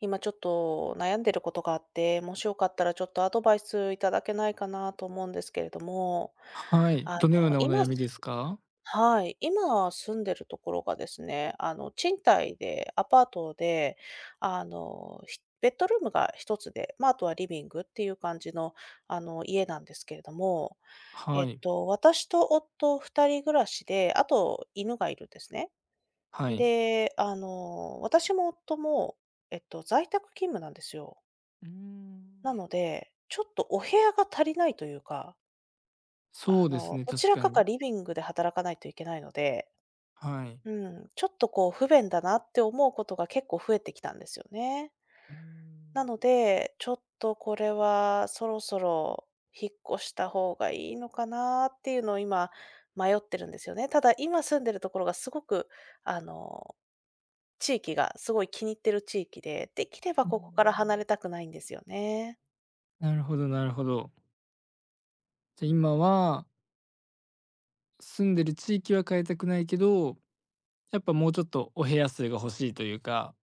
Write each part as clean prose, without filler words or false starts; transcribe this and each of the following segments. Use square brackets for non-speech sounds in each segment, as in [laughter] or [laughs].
今ちょっと悩んでることがあって、もしよかったらちょっとアドバイスいただけないかなと思うんですけれども、はい。あどのようの、なお今悩みですすか？はい、今住んでるところがですね、賃貸で、アパートで、ベッドルームが一つで、まあ、あとはリビングっていう感じの、家なんですけれども、はい。私と夫2人暮らしで、あと犬がいるんですね。はい。で、私も夫も、在宅勤務なんですよ。うーなのん。で、ちょっとお部屋が足りないというか、そうですね、どち確らかかがに。リビングで働かないといけないので、はい。うん、ちょっとこう不便だなって思うことが結構増えてきたんですよね。うーなん。ので、ちょっとこれはそろそろ引っ越した方がいいのかなっていうのを今迷ってるんですよね。ただ今住んでるところがすごくあの地域がすごい気に入ってる地域で、できればうここからん、離れたくないんですよね。なるほど、なるほど。じゃ、今は、住んでる地域は変えたくないけど、やっぱもうちょっとお部屋数が欲しいというか、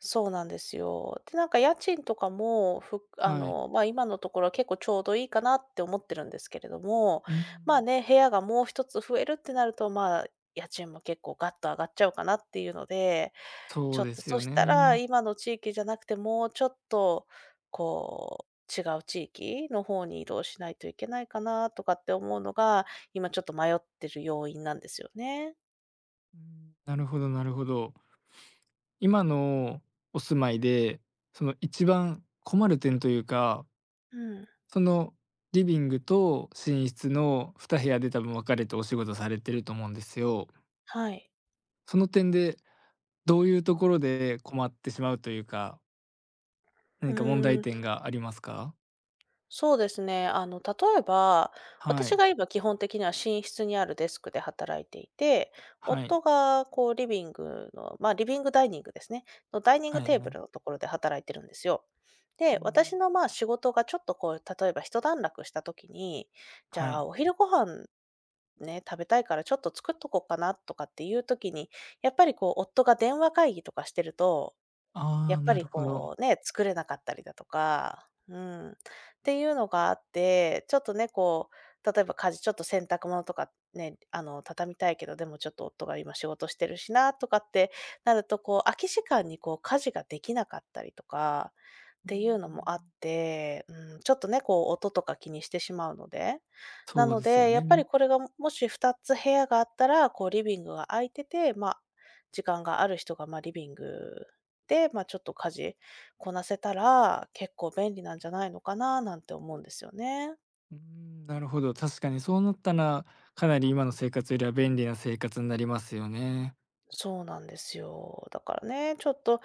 そうなんですよ。で、なんか家賃とかも、ふあはい。の、ま、今のところは結構ちょうどいいかなって思ってるんですけれども、うまん。あね、部屋がもう一つ増えるってなると、まあ、家賃も結構ガッと上がっちゃうかなっていうので、ちそょうっでと、すそよしね。たら、う今の地域じゃなくて、もうちょっと、こう、違う地域の方に移動しないといけないかなとかって思うのが、今ちょっと迷ってる要因なんですよね。ん。なるほど、なるほど。今のお住まいで、一番困る点というか、うん、そのリビングと寝室の2部屋で多分分かれてお仕事されてると思うんですよ。はい。その点で、どういうところで困ってしまうというか、う何か問ー題ん。点がありますか？そうですね。例えば、は私い。が今基本的には寝室にあるデスクで働いていて、はい。夫がこうリビングの、まあリビングダイニングですね、のダイニンはグいテーはブルのい。ところで働いてるんですよ。うで、私ん。のまあ仕事がちょっとこう、例えば一段落した時に、じはゃあい。お昼ご飯ね、食べたいからちょっと作っとこうかなとかっていう時に、やっぱりこう、夫が電話会議とかしてると、やああ、っぱなりるほど。こうね、作れなかったりだとか、うん、っていうのがあって、ちょっとね、こう、例えば家事、ちょっと洗濯物とかね、畳みたいけど、でもちょっと夫が今仕事してるしなとかってなると、こう、空き時間にこう家事ができなかったりとかっていうのもあって、うん、ちょっとね、こう音とか気にしてしまうので。なそうのですよで、やっぱりね。これがもし2つ部屋があったら、こうリビングが空いてて、まあ、時間がある人が、まあ、リビングで、まあ、ちょっと家事こなせたら、結構便利なんじゃないのかななんて思うんですよね。うん、なるほど。確かにそうなったら、かなり今の生活よりは便利な生活になりますよね。そうなんですよ。だからね、ちょっと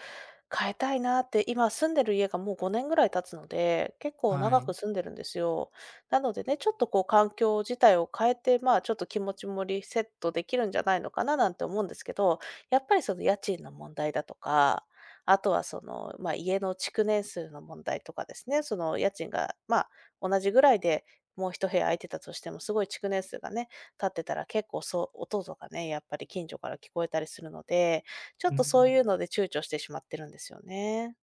変えたいなって、今住んでる家がもう5年ぐらい経つので、結構は長くい。住んでるんですよ。なのでね、ちょっとこう環境自体を変えて、まあちょっと気持ちもリセットできるんじゃないのかななんて思うんですけど、やっぱりその家賃の問題だとか、あとはその、まあ家の築年数の問題とかですね、その家賃が、まあ同じぐらいでもう一部屋空いてたとしても、すごい築年数がね、経ってたら結構そう、音とかね、やっぱり近所から聞こえたりするので、ちょっうとそうん。いうので躊躇してしまってるんですよね。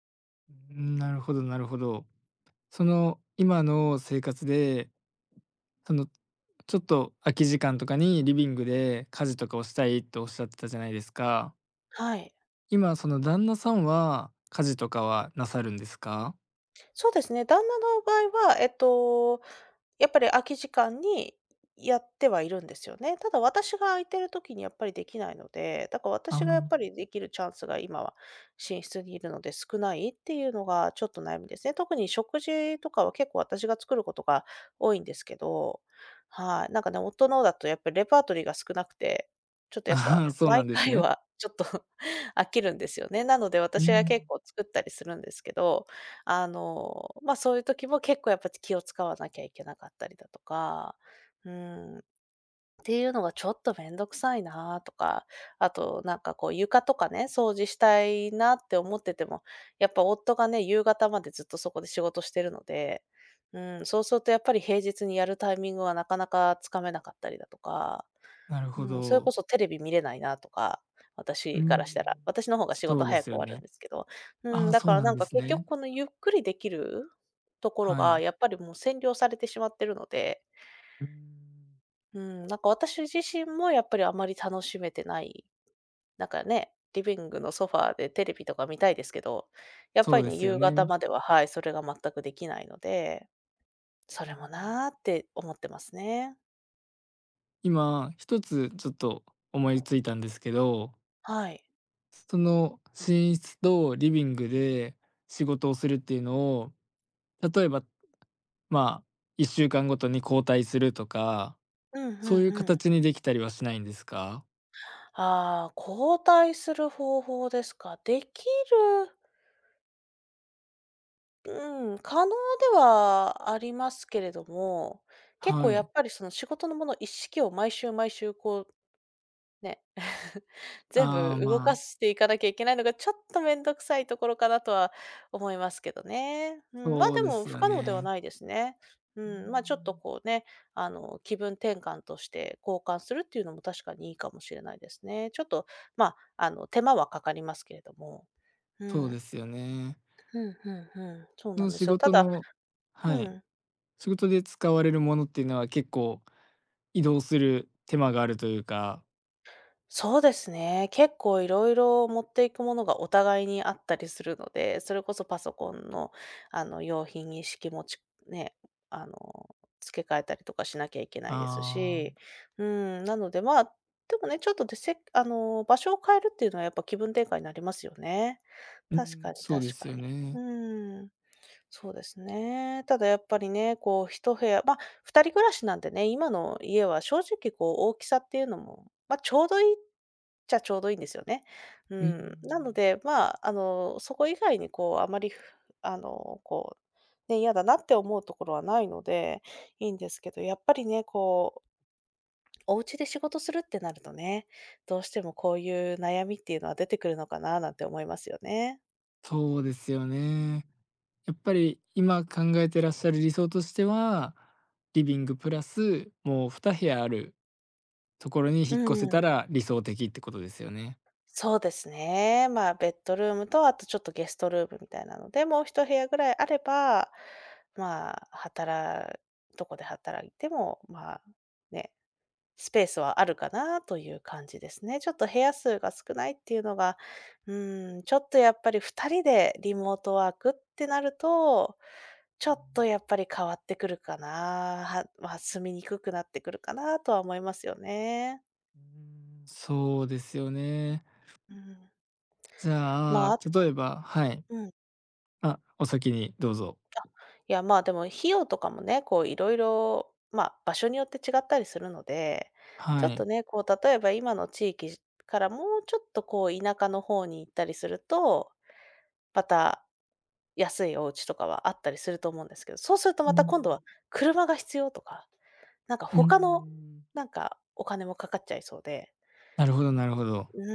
うん、なるほど、なるほど。その今の生活で、その、ちょっと空き時間とかにリビングで家事とかをしたいとおっしゃってたじゃないですか。はい。今、その旦那さんは家事とかはなさるんですか？そうですね、旦那の場合は、やっぱり空き時間にやってはいるんですよね。ただ私が空いてる時にやっぱりできないので、だからあ私あ。がやっぱりできるチャンスが今は寝室にいるので少ないっていうのがちょっと悩みですね。特に食事とかは結構私が作ることが多いんですけど、はい。なんかね、夫のだとやっぱりレパートリーが少なくて、ちょっ [laughs] とやっぱああ、そうな毎んです回ね。はちょっと [laughs] 飽きるんですよね。なのでう私が結ん。構作ったりするんですけど、ま、そういう時も結構やっぱり気を使わなきゃいけなかったりだとか、うん、っていうのがちょっとめんどくさいなとか、あとなんかこう床とかね、掃除したいなって思ってても、やっぱ夫がね、夕方までずっとそこで仕事してるので、うん、そうするとやっぱり平日にやるタイミングはなかなかつかめなかったりだとか、なるほうん、それこど。そテレビ見れないなとか、う私かん。らしたら。私の方が仕そ事うで早くす終よわるんね。ですけど。うあん、あ、だそかうらななんんでかす結局ね。このゆっくりできるところはがい。やっぱりもう占領されてしまってるので、うん。うん、なんか私自身もやっぱりあまり楽しめてない。なんかね、リビングのソファーでテレビとか見たいですけど、やっそぱうりでね、すよ夕ね。方うまでは、はい、それが全くできないので、それん。もなーって思ってますね。今、一つちょっと思いついたんですけど、はい。その寝室とリビングで仕事をするっていうのを、例えば、まあ、1週間ごとに交代するとか、うんうそういんううん。形にできたりはしないんですか？ああ、交代する方法ですか。できる、うん、可能ではありますけれども、結構はやっい。ぱりその仕事のもの一式を毎週毎週こうね。[laughs] 全ああ、部動まかあ、していかなきゃいけないのが、ちょっと面倒くさいところかなとは思いますけどね。うん、まあ、そうででもす不よ可能ではね。ないですね。うん、まあ、ちょっとこうね、気分転換として交換するっていうのも確かにいいかもしれないですね。ちょっと、まあ、手間はかかりますけれども。うそうん、ですよね。うんうんうん、そうそなんので仕すよ。た事だの、はうい、ん、仕事で使われるものっていうのは結構移動する手間があるというか、そうですね。結構いろいろ持っていくものがお互いにあったりするので、それこそパソコンの、用品一式持ちね、あの、付け替えたりとかしなきゃいけないですああ、し、うん、なので、まあ、でもね、ちょっとでせあの、場所を変えるっていうのはやっぱ気分転換になりますよね。う確かん、にそう確でかすよに。ね。うーん、そうですね。ただやっぱりね、こう一部屋、ま、2人暮らしなんでね、今の家は正直こう大きさっていうのも、ま、ちょうどいいんですよね。ううん、ん。なので、まあ、そこ以外にこう、あまり、ふあの、こう、ね、嫌だなって思うところはないので、いいんですけど、やっぱりね、こう、お家で仕事するってなるとね、どうしてもこういう悩みっていうのは出てくるのかななんて思いますよね。そうですよね。やっぱり今考えてらっしゃる理想としては、リビングプラス、もう2部屋あるところにう引っ越せん、たら理想的ってことですよね。そうですね。まあ、ベッドルームと、あとちょっとゲストルームみたいなので、もう一部屋ぐらいあれば、まあ、どこで働いても、まあ、ね、スペースはあるかなという感じですね。ちょっと部屋数が少ないっていうのが、うーん、ちょっとやっぱり2人でリモートワークってなると、ちょっとやっぱり変わってくるかな、まあ、住みにくくなってくるかなとは思いますよね。そうですよね。うん。じゃまあ、あ例えば、はい。うん。あ、お先にどうぞ。いや、まあ、でも費用とかもね、こういろいろ場所によって違ったりするので、ちはょっとい。ね、こう例えば今の地域からもうちょっとこう田舎の方に行ったりすると、また安いお家とかはあったりすると思うんですけど、そうするとうまた今度ん。は車が必要とか、なんかう他の、ん。なんかお金もかかっちゃいそうで、なるほど、なるほど。う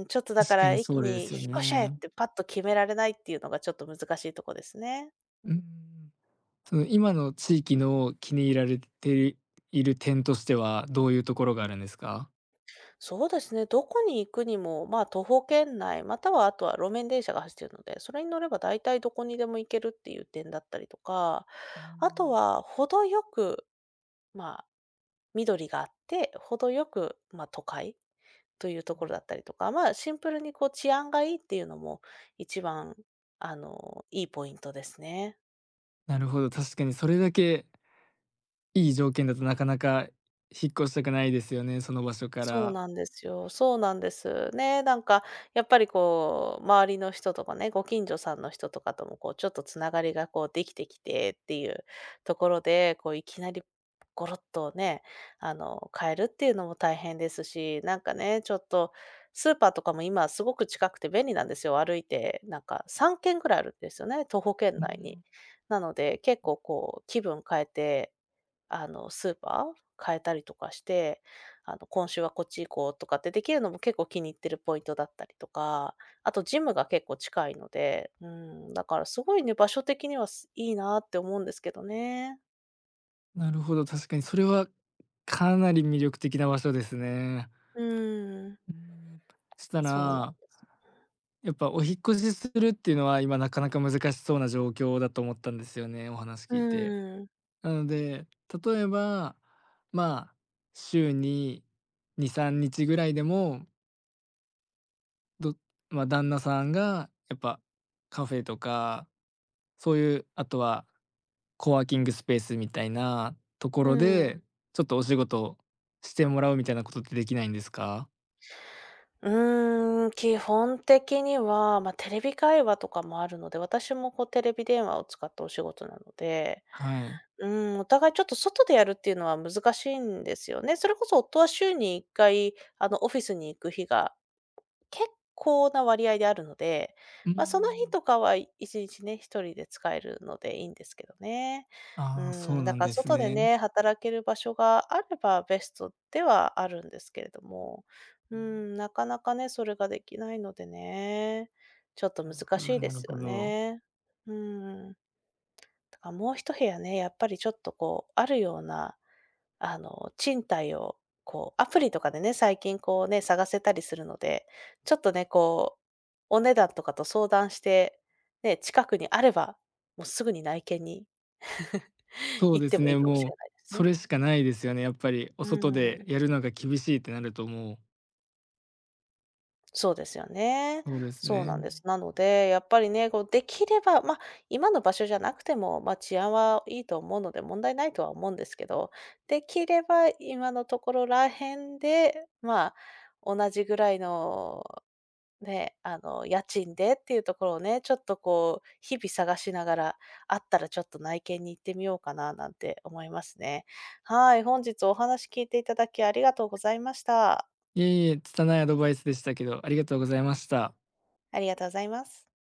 ーん、ちょっとだか確からに一そ気うでに引っすよ越しちゃえっね。てパッと決められないっていうのがちょっと難しいとこですね。うん。その今の地域の気に入られている点としては、どういうところがあるんですか？そうですね、どこに行くにも、まあ、徒歩圏内、またはあとは路面電車が走ってるので、それに乗れば大体どこにでも行けるっていう点だったりとか、あとは程よく、まあ、緑があって、程よく、まあ、都会というところだったりとか、まあ、シンプルにこう治安がいいっていうのも一番、あの、いいポイントですね。なるほど、確かにそれだけいい条件だとなかなか引っ越したくないですよね、その場所かそうら。なんですよ。そうなんです。ね、なんかやっぱりこう、周りの人とかね、ご近所さんの人とかともこう、ちょっとつながりがこうできてきてっていうところで、こういきなりゴロッとね、あの、変えるっていうのも大変ですし、なんかね、ちょっとスーパーとかも今すごく近くて便利なんですよ。歩いて、なんか3軒ぐらいあるんですよね、徒歩圏内に。なので、結構こう気分変えてあの、スーパー変えたりとかして、あの、今週はこっち行こうとかってできるのも結構気に入ってるポイントだったりとか、あとジムが結構近いので、うん、だからすごいね、場所的にはす、いいなって思うんですけどね。なるほど、確かにそれはかなり魅力的な場所ですね。うん、うん、したそうなんら、です。やっぱお引っ越しするっていうのは、今なかなか難しそうな状況だと思ったんですよね、お話う聞いて。ん、なので、例えば、まあ、週に2、3日ぐらいでも、どまあ、旦那さんがやっぱカフェとかそういう、あとは、コワーキングスペースみたいなところうん。で、ちょっとお仕事してもらうみたいなことってできないんですか？基本的には、まあ、テレビ会話とかもあるので、私もこうテレビ電話を使ったお仕事なので、はい。うん、お互いちょっと外でやるっていうのは難しいんですよね。それこそ夫は週に1回、あの、オフィスに行く日が結構な割合であるので、うーまあ、その日ん。とかは1日ね、1人で使えるのでいいんですけどね。うああ、そうん、だなんからです外でね。ね、働ける場所があればベストではあるんですけれども、ううん、ん、なかなかね、それができないのでね、ちょっとなる難ほどしいでなするほよど。ね。うーん。だからもう一部屋ね、やっぱりちょっとこう、あるような、あの、賃貸を、こう、アプリとかでね、最近こうね、探せたりするので、ちょっとね、こう、お値段とかと相談して、ね、近くにあれば、もうすぐに内見に [laughs] そう行っでてすもいね、いかもしもう、れないですそね。れしかないですよね、やっぱり。おう外ん。でやるのが厳しいってなるともう、そうですよね。そうですそうなね。んです。なので、やっぱりね、こうできれば、まあ、今の場所じゃなくても、まあ、治安はいいと思うので問題ないとは思うんですけど、できれば今のところらへんで、まあ、同じぐらいのね、あの、家賃でっていうところをね、ちょっとこう日々探しながら、あったらちょっと内見に行ってみようかななんて思いますね。はい、本日お話聞いていただきありがとうございました。いえいえ、拙いアドバイスでしたけど、ありがとうございました。ありがとうございます。